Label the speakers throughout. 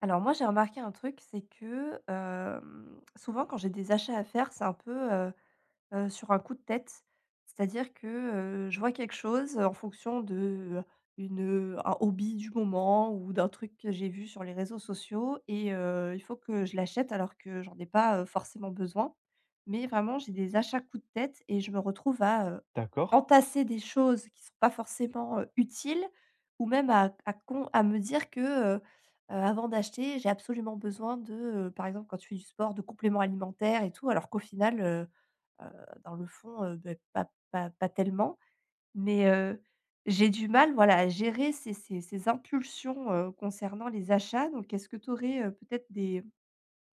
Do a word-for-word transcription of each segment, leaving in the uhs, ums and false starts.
Speaker 1: Alors moi, j'ai remarqué un truc, c'est que, hem, souvent quand j'ai des achats à faire, c'est un peu, heu, Heu, sur un coup de tête. C'est-à-dire que, heu, je vois quelque chose en fonction de, une, un hobby du moment ou d'un truc que j'ai vu sur les réseaux sociaux et heu, il faut que je l'achète alors que j'en ai pas, heu, forcément besoin. Mais vraiment, j'ai des achats coup de tête et je me retrouve à, heu,
Speaker 2: D'accord.
Speaker 1: entasser des choses qui sont pas forcément, heu, utiles ou même à à con à me dire que, heu heu, avant d'acheter, j'ai absolument besoin de, heu, par exemple, quand tu fais du sport, de compléments alimentaires et tout alors qu'au final, Heu, dans le fond, heu, beh, pas pas pas tellement, mais heu, j'ai du mal, voilà, à gérer ces ces ces impulsions, heu, concernant les achats. Donc est-ce que tu aurais, heu, peut-être des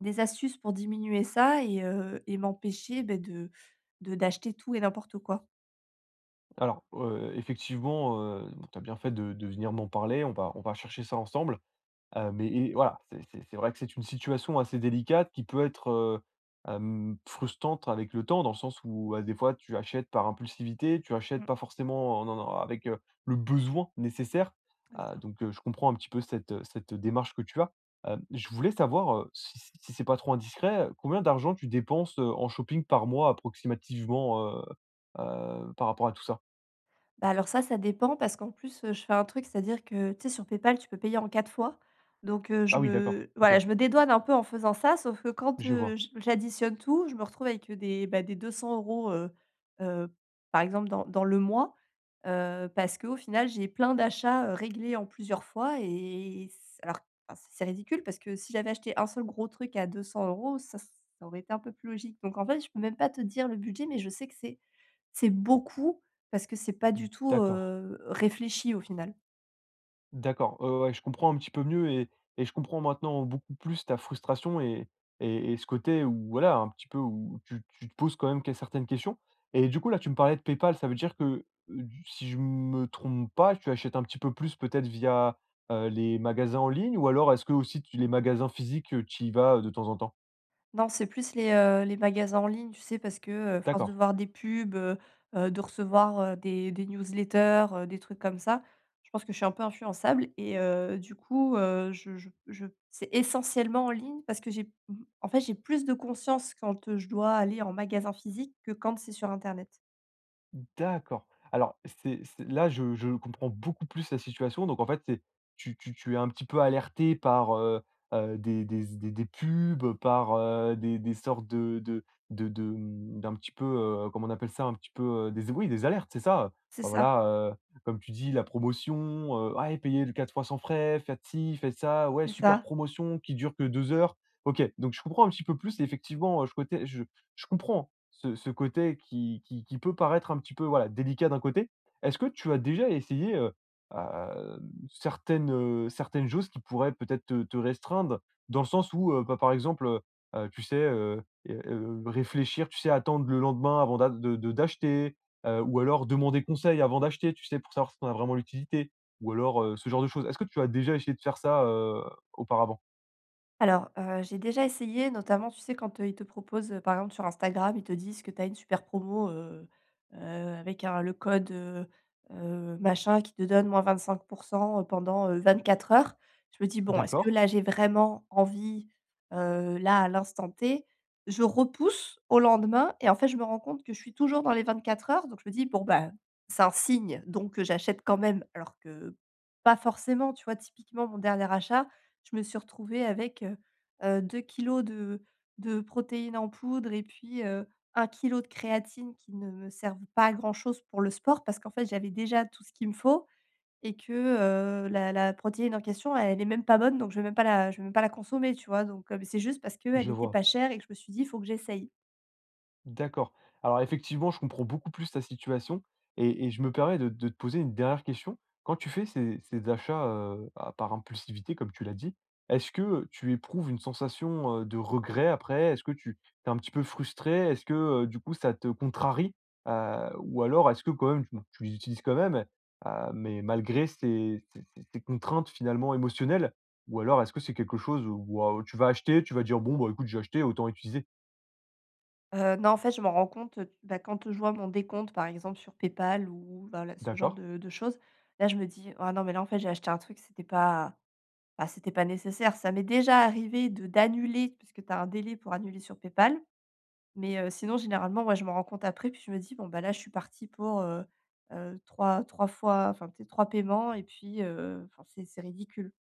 Speaker 1: des astuces pour diminuer ça et heu et m'empêcher, beh, de de d'acheter tout et n'importe quoi?
Speaker 2: Alors, heu, effectivement, heu, bon, tu as bien fait de de venir m'en parler. On va on va chercher ça ensemble. Heu, mais et voilà, c'est c'est c'est vrai que c'est une situation assez délicate qui peut être, heu, hem, frustrante avec le temps, dans le sens où, bah, des fois, tu achètes par impulsivité, tu achètes
Speaker 1: Mmh,
Speaker 2: pas forcément en en avec, heu, le besoin nécessaire.
Speaker 1: c'est
Speaker 2: Heu,
Speaker 1: ça.
Speaker 2: donc heu, je comprends un petit peu cette, heu, cette démarche que tu as. Hem, je voulais savoir, heu, si si si c'est pas trop indiscret, heu, combien d'argent tu dépenses, heu, en shopping par mois approximativement, heu heu, par rapport à tout ça?
Speaker 1: Bah, alors ça, ça dépend parce qu'en plus, heu, je fais un truc, c'est-à-dire que, tu sais, sur PayPal, tu peux payer en quatre fois. Donc, heu,
Speaker 2: Ah
Speaker 1: je
Speaker 2: oui, d'accord,
Speaker 1: me
Speaker 2: OK,
Speaker 1: voilà, je me dédouane un peu en faisant ça, sauf que quand,
Speaker 2: je
Speaker 1: heu,
Speaker 2: vois,
Speaker 1: j j'additionne tout, je me retrouve avec des, bah, des deux cents euros, heu heu, par exemple dans dans le mois, heu, parce qu'au final, j'ai plein d'achats, heu, réglés en plusieurs fois, et c alors, enfin, c'est c'est ridicule parce que si j'avais acheté un seul gros truc à deux cents euros, ça ça aurait été un peu plus logique. Donc en fait, je peux même pas te dire le budget, mais je sais que c'est c'est beaucoup parce que c'est pas du tout,
Speaker 2: d'accord.
Speaker 1: heu, réfléchi au final.
Speaker 2: D'accord, ouais, ouais, ouais, je comprends un petit peu mieux et et je comprends maintenant beaucoup plus ta frustration et et et ce côté où voilà, un petit peu où tu tu te poses quand même que certaines questions et du coup, là, tu me parlais de PayPal, ça veut dire que, heu, du si je me trompe pas, tu achètes un petit peu plus peut-être via, heu, les magasins en ligne ou alors est-ce que aussi tu les magasins physiques, heu, tu y vas de temps en temps?
Speaker 1: Non, c'est plus les, heu, les magasins en ligne, tu sais? Parce que, heu, force de
Speaker 2: D'accord.
Speaker 1: voir des pubs, heu heu, de recevoir, heu, des des newsletters, heu, des trucs comme ça, je pense que je suis un peu influençable et heu, du coup, heu, je je je c'est essentiellement en ligne parce que j'ai mmh, en fait, j'ai plus de conscience quand, heu, je dois aller en magasin physique que quand c'est sur internet.
Speaker 2: D'accord. Alors c'est c'est là, je je comprends beaucoup plus la situation. Donc en fait, c'est tu tu tu es un petit peu alerté par, heu heu, des des des des pubs, par, heu, des des sortes de de de de, mmh, d'un petit peu, heu, comment on appelle ça? Un petit peu, heu, des oui, des alertes, c'est ça, heu.
Speaker 1: C'est
Speaker 2: Bah,
Speaker 1: ça,
Speaker 2: voilà, heu, comme tu dis, la promotion, heu: «Ouais, payez le quatre fois sans frais, faites ci, faites ça, ouais,
Speaker 1: c'est
Speaker 2: super
Speaker 1: ça.
Speaker 2: promotion qui dure que deux heures». OK, donc je comprends un petit peu plus et effectivement, heu, je côté je je comprends ce ce côté qui qui qui peut paraître un petit peu, voilà, délicat d'un côté. Est-ce que tu as déjà essayé, heu, hem, certaines, heu, certaines choses qui pourraient peut-être te te restreindre? Dans le sens où, heu, bah, par exemple, heu tu sais, heu heu heu, réfléchir, tu sais, attendre le lendemain avant d'a de de d'acheter, heu, ou alors demander conseil avant d'acheter, tu sais, pour savoir si on a vraiment l'utilité ou alors, heu, ce genre de choses. Est-ce que tu as déjà essayé de faire ça, heu, auparavant?
Speaker 1: Alors, heu, j'ai déjà essayé notamment, tu sais, quand, heu, ils te proposent, heu, par exemple sur Instagram, ils te disent que tu as une super promo, heu heu, avec un le code, heu heu, machin qui te donne moins vingt-cinq pendant, euh, vingt-quatre heures. Je me dis: «Bon, est-ce que
Speaker 2: D'accord,
Speaker 1: là j'ai vraiment envie, heu, là à l'instant T?» Je repousse au lendemain et en fait, je me rends compte que je suis toujours dans les vingt-quatre heures, donc je me dis: «Bon, bah, c'est un signe, donc heu, j'achète quand même». Alors que pas forcément, tu vois? Typiquement, mon dernier achat, je me suis retrouvée avec, heu heu, 2 kilogrammes de de protéines en poudre et puis, heu, 1 kilogramme de créatine qui ne me servent pas à grand-chose pour le sport parce qu'en fait, j'avais déjà tout ce qu'il me faut et que, heu, la la protéine en question, elle est même pas bonne, donc je vais même pas la je vais même pas la consommer, tu vois? Donc heu, c'est juste parce qu'elle
Speaker 2: je
Speaker 1: était
Speaker 2: vois.
Speaker 1: pas chère et que je me suis dit: «Il faut que j'essaye».
Speaker 2: D'accord. Alors effectivement, je comprends beaucoup plus ta situation et, et je me permets de, de te poser une dernière question. Quand tu fais ces, ces achats euh, à- par impulsivité, comme tu l'as dit, est-ce que tu éprouves une sensation euh, de regret après? Est-ce que tu es un petit peu frustré? Est-ce que euh, du coup ça te contrarie? Euh, ou alors est-ce que quand même tu, bon, tu les utilises quand même, euh, mais malgré ces, ces- ces- ces contraintes finalement émotionnelles? Ou alors est-ce que c'est quelque chose où, euh, tu vas acheter, tu vas dire bon bah écoute j'ai acheté, autant utiliser.
Speaker 1: Heu, non, en fait, je m'en rends compte, heu, bah, quand je vois mon décompte, par exemple, sur PayPal ou voilà, ce genre
Speaker 2: D'accord?
Speaker 1: de de choses. Là, je me dis: «Ah non, mais là, en fait, j'ai acheté un truc, c'était pas bah, c'était pas nécessaire. Ça m'est déjà arrivé de d'annuler, parce que tu as un délai pour annuler sur PayPal, mais heu, sinon généralement, ouais, je m'en rends compte après, puis je me dis: «Bon, bah, là, je suis partie pour, heu heu, trois trois fois, enfin, tu sais, trois paiements et puis, heu, enfin, c'est c'est ridicule».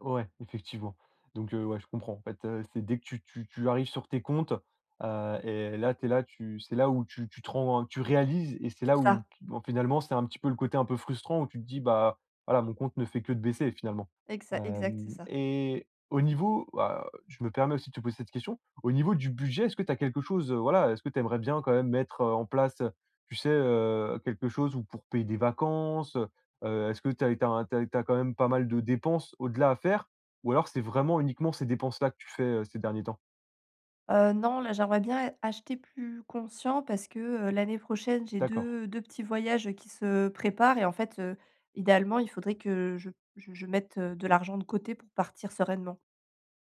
Speaker 2: Ouais, effectivement. Donc heu, ouais, je comprends. En fait, heu, c'est dès que tu tu tu arrives sur tes comptes, heu et là, t'es là, tu c'est là où tu tu te rends hein, tu réalises et c'est
Speaker 1: C'est
Speaker 2: là où
Speaker 1: ça,
Speaker 2: bon, finalement, c'est un petit peu le côté un peu frustrant où tu te dis: «Bah, voilà, mon compte ne fait que de baisser finalement».
Speaker 1: exa exact, c'est
Speaker 2: Hem
Speaker 1: ça.
Speaker 2: Et au niveau, bah, je me permets aussi de te poser cette question. Au niveau du budget, est-ce que tu as quelque chose, heu, voilà, est-ce que tu aimerais bien quand même mettre, heu, en place, tu sais, heu, quelque chose ou pour payer des vacances? Heu, est-ce que tu as tu as tu quand même pas mal de dépenses au-delà à faire? Ou alors c'est vraiment uniquement ces dépenses-là que tu fais, heu, ces derniers temps?
Speaker 1: Heu, non, là, j'aimerais bien acheter plus conscient parce que, heu, l'année prochaine, j'ai
Speaker 2: D'accord.
Speaker 1: deux deux petits voyages qui se préparent et en fait, heu, idéalement, il faudrait que je je je mette, heu, de l'argent de côté pour partir sereinement.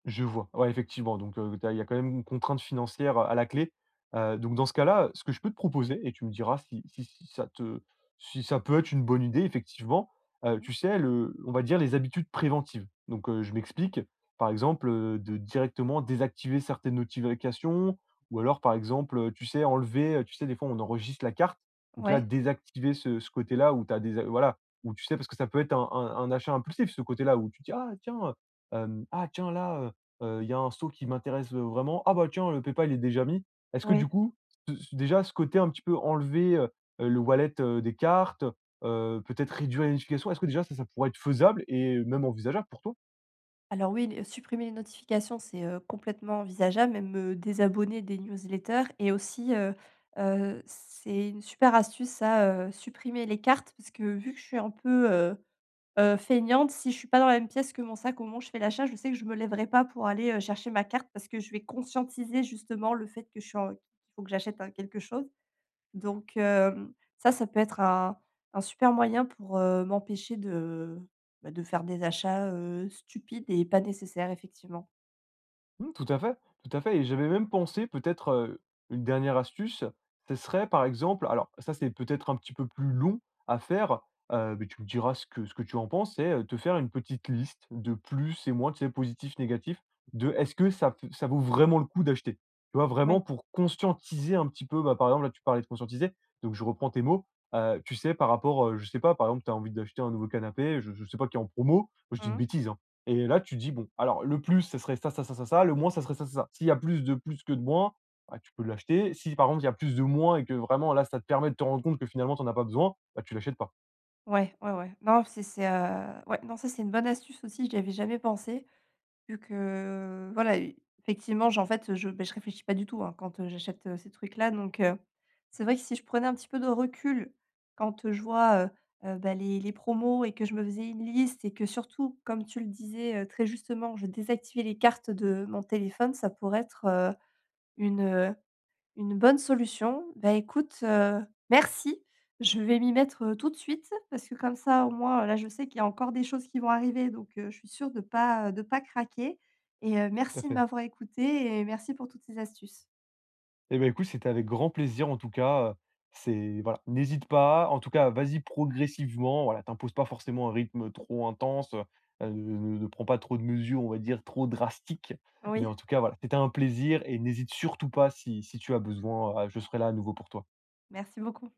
Speaker 2: Je vois. Ouais, effectivement, donc heu, tu il y a quand même une contrainte financière, heu, à la clé. Heu, donc dans ce cas-là, ce que je peux te proposer et tu me diras si si si ça te si ça peut être une bonne idée effectivement, heu, tu sais le on va dire les habitudes préventives. Donc heu, je m'explique. Par exemple, heu, de directement désactiver certaines notifications ou alors par exemple, heu, tu sais enlever, heu, tu sais des fois on enregistre la carte, donc là
Speaker 1: Ouais,
Speaker 2: désactiver ce ce côté-là où tu as des voilà, où tu sais parce que ça peut être un un un achat impulsif ce côté-là où tu dis: «Ah tiens, heu, ah tiens là, heu, il y a un saut qui m'intéresse, heu, vraiment. Ah bah tiens, le PayPal il est déjà mis. Est-ce que du
Speaker 1: oui.
Speaker 2: coup, ce ce déjà ce côté un petit peu enlever, heu, heu, le wallet, heu, des cartes, heu, peut-être réduire les notifications, est-ce que déjà ça, ça pourrait être faisable et même envisageable pour toi?
Speaker 1: Alors oui, les supprimer les notifications, c'est, heu, complètement envisageable, même me désabonner des newsletters, et aussi, heu heu, c'est une super astuce ça, heu, supprimer les cartes parce que vu que je suis un peu, heu heu, feignante, si je suis pas dans la même pièce que mon sac au moment où je fais l'achat, je sais que je me lèverai pas pour aller, heu, chercher ma carte, parce que je vais conscientiser justement le fait que je suis en qu'il faut que j'achète un quelque chose. Donc hem, ça, ça peut être un un super moyen pour, heu, m'empêcher de, bah, de faire des achats, heu, stupides et pas nécessaires effectivement.
Speaker 2: Mmh, tout à fait, tout à fait et j'avais même pensé peut-être, heu, une dernière astuce, ce serait par exemple alors ça c'est peut-être un petit peu plus long à faire, heu, mais tu me diras ce que ce que tu en penses, c'est, heu, te faire une petite liste de plus et moins, tu sais, positifs, négatifs, de est-ce que ça p ça vaut vraiment le coup d'acheter? Tu vois?
Speaker 1: Ouais.
Speaker 2: Vraiment pour conscientiser un petit peu, bah, par exemple là tu parlais de conscientiser, donc je reprends tes mots, heu, tu sais par rapport, heu, je sais pas, par exemple, tu as envie d'acheter un nouveau canapé, je je sais pas, qui est en promo, je dis une
Speaker 1: Mmh.
Speaker 2: bêtise, hein. Et là, tu dis: «Bon, alors le plus, ça serait ça, ça, ça, ça, ça, le moins, ça serait ça, ça, ça». S'il y a plus de plus que de moins, bah, tu peux l'acheter. Si par contre, il y a plus de moins et que vraiment là, ça te permet de te rendre compte que finalement, tu en as pas besoin, bah, tu l'achètes pas.
Speaker 1: Ouais, ouais, ouais. Non, c'est c'est, heu, ouais, non, ça, c'est une bonne astuce aussi, j'y avais jamais pensé. Vu que, voilà, heu, effectivement, j'en fait, je beh, je réfléchis pas du tout, hein, quand, heu, j'achète, heu, ces trucs-là. Donc heu, c'est vrai que si je prenais un petit peu de recul quand, heu, je vois, heu heu, bah, les les promos, et que je me faisais une liste, et que surtout, comme tu le disais, heu, très justement, je désactivais les cartes de mon téléphone, ça pourrait être, heu, une, une bonne solution? Bah, écoute, heu, merci. Je vais m'y mettre, heu, tout de suite parce que comme ça, au moins, heu, là, je sais qu'il y a encore des choses qui vont arriver, donc heu, je suis sûre de pas, de pas craquer, et heu,
Speaker 2: Tout à
Speaker 1: merci de
Speaker 2: fait.
Speaker 1: m'avoir écoutée et merci pour toutes ces astuces.
Speaker 2: Et bah, écoute, c'était avec grand plaisir en tout cas, heu, c'est voilà, n'hésite pas, en tout cas, vas-y progressivement, voilà, t'imposes pas forcément un rythme trop intense, heu, ne ne prends pas trop de mesures, on va dire, trop drastiques. Mais
Speaker 1: Oui,
Speaker 2: en tout cas, voilà, c'était un plaisir et n'hésite surtout pas si si tu as besoin, heu, je serai là à nouveau pour toi.
Speaker 1: merci beaucoup.